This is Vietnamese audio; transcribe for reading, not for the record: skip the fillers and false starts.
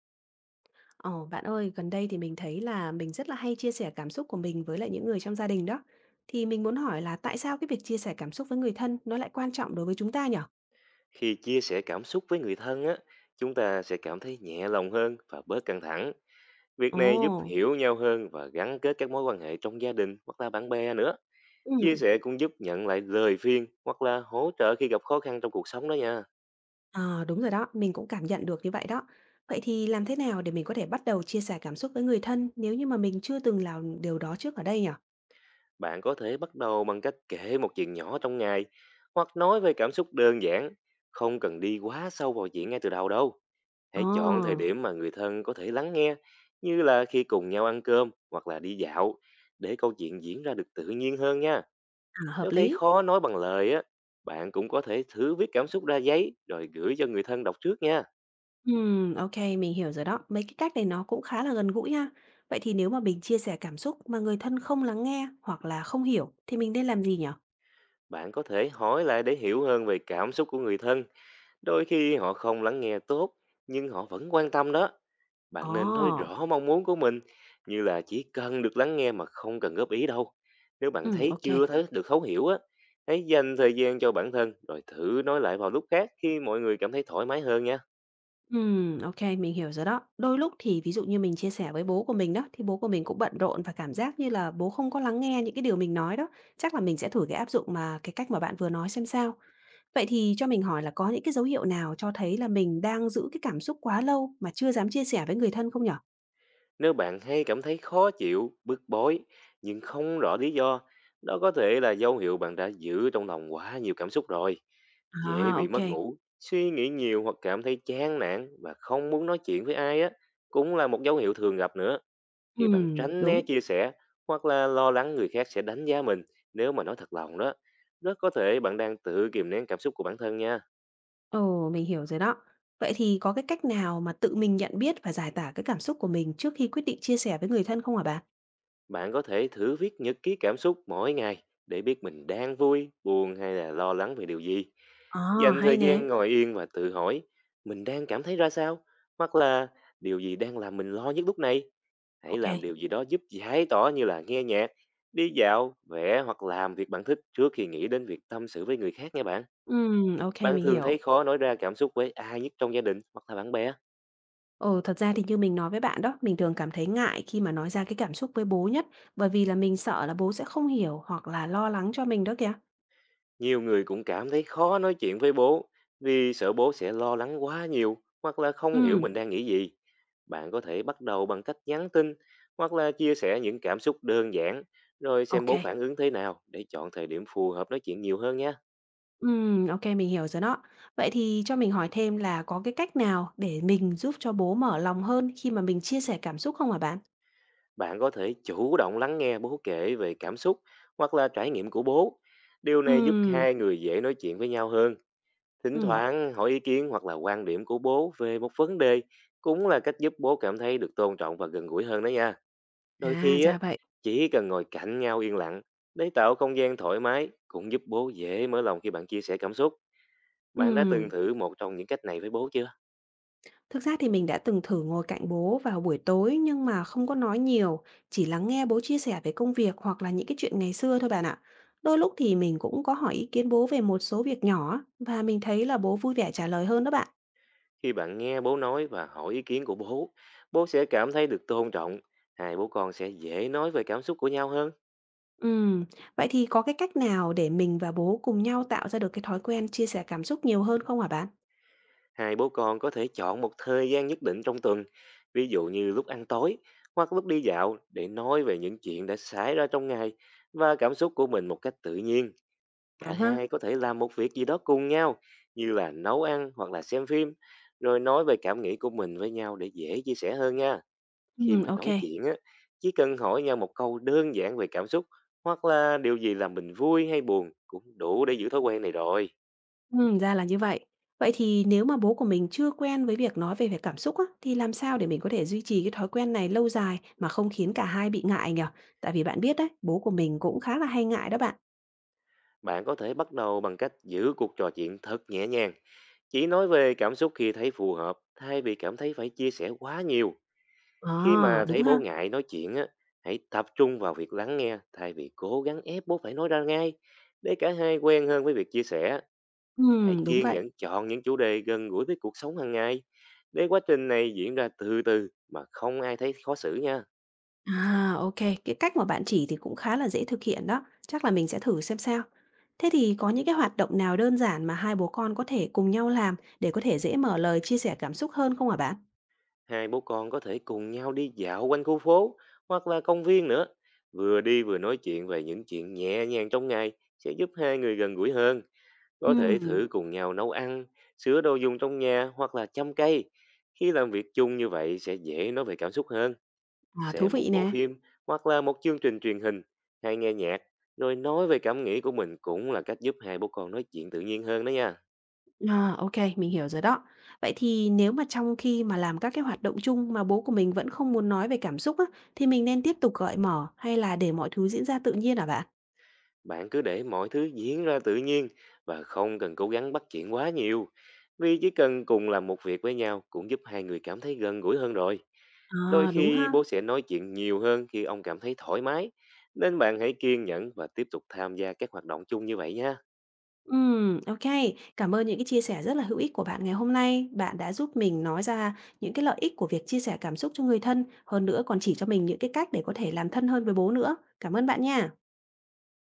Ồ, bạn ơi, gần đây thì mình thấy là mình rất là hay chia sẻ cảm xúc của mình với lại những người trong gia đình đó. Thì mình muốn hỏi là tại sao cái việc chia sẻ cảm xúc với người thân nó lại quan trọng đối với chúng ta nhỉ? Khi chia sẻ cảm xúc với người thân á, chúng ta sẽ cảm thấy nhẹ lòng hơn và bớt căng thẳng. Việc Ồ, này giúp hiểu nhau hơn và gắn kết các mối quan hệ trong gia đình hoặc là bạn bè nữa. Chia ừm, sẻ cũng giúp nhận lại lời khuyên hoặc là hỗ trợ khi gặp khó khăn trong cuộc sống đó nha. à, đúng rồi đó, mình cũng cảm nhận được như vậy đó. Vậy thì làm thế nào để mình có thể bắt đầu chia sẻ cảm xúc với người thân nếu như mà mình chưa từng làm điều đó trước ở đây nhỉ? Bạn có thể bắt đầu bằng cách kể một chuyện nhỏ trong ngày hoặc nói về cảm xúc đơn giản, không cần đi quá sâu vào chuyện ngay từ đầu đâu. Ồ, Hãy chọn thời điểm mà người thân có thể lắng nghe, như là khi cùng nhau ăn cơm hoặc là đi dạo, để câu chuyện diễn ra được tự nhiên hơn nha. à, Nếu hợp thấy lý. khó nói bằng lời á, bạn cũng có thể thử viết cảm xúc ra giấy rồi gửi cho người thân đọc trước nha. Ô mình hiểu rồi đó. Mấy cái cách này nó cũng khá là gần gũi ha. Vậy thì nếu mà mình chia sẻ cảm xúc mà người thân không lắng nghe hoặc là không hiểu thì mình nên làm gì nhở? Bạn có thể hỏi lại để hiểu hơn về cảm xúc của người thân, đôi khi họ không lắng nghe tốt nhưng họ vẫn quan tâm đó. Bạn nên nói Ồ, rõ mong muốn của mình, như là chỉ cần được lắng nghe mà không cần góp ý đâu. Nếu bạn ô thấy kê. chưa thấy được thấu hiểu á, hãy dành thời gian cho bản thân rồi thử nói lại vào lúc khác khi mọi người cảm thấy thoải mái hơn nha. Ô mình hiểu rồi đó. Đôi lúc thì ví dụ như mình chia sẻ với bố của mình đó, thì bố của mình cũng bận rộn và cảm giác như là bố không có lắng nghe những cái điều mình nói đó. Chắc là mình sẽ thử cái áp dụng mà cái cách mà bạn vừa nói xem sao. Vậy thì cho mình hỏi là có những cái dấu hiệu nào cho thấy là mình đang giữ cái cảm xúc quá lâu mà chưa dám chia sẻ với người thân không nhở? Nếu bạn hay cảm thấy khó chịu, bức bối nhưng không rõ lý do, đó có thể là dấu hiệu bạn đã giữ trong lòng quá nhiều cảm xúc rồi. Dễ À, ô. bị mất ngủ, suy nghĩ nhiều hoặc cảm thấy chán nản và không muốn nói chuyện với ai á, cũng là một dấu hiệu thường gặp nữa. Khi bạn tránh né Đúng. chia sẻ hoặc là lo lắng người khác sẽ đánh giá mình nếu mà nói thật lòng đó, rất có thể bạn đang tự kìm nén cảm xúc của bản thân nha. Ồ, mình hiểu rồi đó. Vậy thì có cái cách nào mà tự mình nhận biết và giải tỏa cái cảm xúc của mình trước khi quyết định chia sẻ với người thân không hả bạn? Bạn có thể thử viết nhật ký cảm xúc mỗi ngày để biết mình đang vui, buồn hay là lo lắng về điều gì. À, Dành hay thời nè. gian ngồi yên và tự hỏi mình đang cảm thấy ra sao hoặc là điều gì đang làm mình lo nhất lúc này. Hãy làm OK. điều gì đó giúp giải tỏa như là nghe nhạc, đi dạo, vẽ hoặc làm việc bạn thích trước khi nghĩ đến việc tâm sự với người khác nha bạn. OK, Bạn mình thường thấy hiểu. khó nói ra cảm xúc với ai nhất trong gia đình hoặc là bạn bè? Ồ thật ra thì như mình nói với bạn đó, mình thường cảm thấy ngại khi mà nói ra cái cảm xúc với bố nhất, bởi vì là mình sợ là bố sẽ không hiểu hoặc là lo lắng cho mình đó kìa. Nhiều người cũng cảm thấy khó nói chuyện với bố vì sợ bố sẽ lo lắng quá nhiều hoặc là không hiểu Ừm, mình đang nghĩ gì. Bạn có thể bắt đầu bằng cách nhắn tin hoặc là chia sẻ những cảm xúc đơn giản, rồi xem bố OK. phản ứng thế nào để chọn thời điểm phù hợp nói chuyện nhiều hơn nhé. OK, mình hiểu rồi đó. Vậy thì cho mình hỏi thêm là có cái cách nào để mình giúp cho bố mở lòng hơn khi mà mình chia sẻ cảm xúc không hả bạn? Bạn có thể chủ động lắng nghe bố kể về cảm xúc hoặc là trải nghiệm của bố. Điều này giúp Ừm, hai người dễ nói chuyện với nhau hơn. Thỉnh ừm. thoảng hỏi ý kiến hoặc là quan điểm của bố về một vấn đề cũng là cách giúp bố cảm thấy được tôn trọng và gần gũi hơn đó nha. Đôi À, khi á, ra vậy. chỉ cần ngồi cạnh nhau yên lặng để tạo không gian thoải mái cũng giúp bố dễ mở lòng khi bạn chia sẻ cảm xúc. Bạn đã từng Ừm, thử một trong những cách này với bố chưa? thực ra thì mình đã từng thử ngồi cạnh bố vào buổi tối nhưng mà không có nói nhiều, chỉ lắng nghe bố chia sẻ về công việc hoặc là những cái chuyện ngày xưa thôi bạn ạ. Đôi lúc thì mình cũng có hỏi ý kiến bố về một số việc nhỏ á, và mình thấy là bố vui vẻ trả lời hơn đó bạn. Khi bạn nghe bố nói và hỏi ý kiến của bố, bố sẽ cảm thấy được tôn trọng. Hai bố con sẽ dễ nói về cảm xúc của nhau hơn. Ừm, vậy thì có cái cách nào để mình và bố cùng nhau tạo ra được cái thói quen chia sẻ cảm xúc nhiều hơn không hả bạn? Hai bố con có thể chọn một thời gian nhất định trong tuần, ví dụ như lúc ăn tối hoặc lúc đi dạo, để nói về những chuyện đã xảy ra trong ngày và cảm xúc của mình một cách tự nhiên. À Cả ha. hai có thể làm một việc gì đó cùng nhau, như là nấu ăn hoặc là xem phim, rồi nói về cảm nghĩ của mình với nhau để dễ chia sẻ hơn nha. Khi mà OK. nói chuyện á, chỉ cần hỏi nhau một câu đơn giản về cảm xúc hoặc là điều gì làm mình vui hay buồn cũng đủ để giữ thói quen này rồi. Ừ, ra là như vậy. Vậy thì nếu mà bố của mình chưa quen với việc nói về việc cảm xúc á, thì làm sao để mình có thể duy trì cái thói quen này lâu dài mà không khiến cả hai bị ngại nhỉ? Tại vì bạn biết đấy, bố của mình cũng khá là hay ngại đó bạn. Bạn có thể bắt đầu bằng cách giữ cuộc trò chuyện thật nhẹ nhàng. Chỉ nói về cảm xúc khi thấy phù hợp, thay vì cảm thấy phải chia sẻ quá nhiều. Khi À, mà đúng thấy bố ha. ngại nói chuyện á, hãy tập trung vào việc lắng nghe thay vì cố gắng ép bố phải nói ra ngay. Để cả hai quen hơn với việc chia sẻ, Ừ, hãy đúng kiên vậy. nhẫn chọn những chủ đề gần gũi với cuộc sống hàng ngày. Để quá trình này diễn ra từ từ mà không ai thấy khó xử nha. À, ok. Cái cách mà bạn chỉ thì cũng khá là dễ thực hiện đó. Chắc là mình sẽ thử xem sao. Thế thì có những cái hoạt động nào đơn giản mà hai bố con có thể cùng nhau làm để có thể dễ mở lời chia sẻ cảm xúc hơn không hả bạn? Hai bố con có thể cùng nhau đi dạo quanh khu phố hoặc là công viên nữa. Vừa đi vừa nói chuyện về những chuyện nhẹ nhàng trong ngày sẽ giúp hai người gần gũi hơn. Có thể Ừ. thử cùng nhau nấu ăn, sửa đồ dùng trong nhà hoặc là chăm cây. Khi làm việc chung như vậy sẽ dễ nói về cảm xúc hơn. Ừ. À, thú Xem vị một bộ nè. phim hoặc là một chương trình truyền hình hay nghe nhạc rồi nói về cảm nghĩ của mình cũng là cách giúp hai bố con nói chuyện tự nhiên hơn đó nha. À, ok mình hiểu rồi đó. Vậy thì nếu mà trong khi mà làm các cái hoạt động chung mà bố của mình vẫn không muốn nói về cảm xúc á, thì mình nên tiếp tục gợi mở hay là để mọi thứ diễn ra tự nhiên hả bạn? Bạn cứ để mọi thứ diễn ra tự nhiên và không cần cố gắng bắt chuyện quá nhiều. Vì chỉ cần cùng làm một việc với nhau cũng giúp hai người cảm thấy gần gũi hơn rồi. Đôi À, đúng khi ha. bố sẽ nói chuyện nhiều hơn khi ông cảm thấy thoải mái. Nên bạn hãy kiên nhẫn và tiếp tục tham gia các hoạt động chung như vậy nha. Ok. Cảm ơn những cái chia sẻ rất là hữu ích của bạn ngày hôm nay. Bạn đã giúp mình nói ra những cái lợi ích của việc chia sẻ cảm xúc cho người thân, hơn nữa còn chỉ cho mình những cái cách để có thể làm thân hơn với bố nữa. Cảm ơn bạn nha.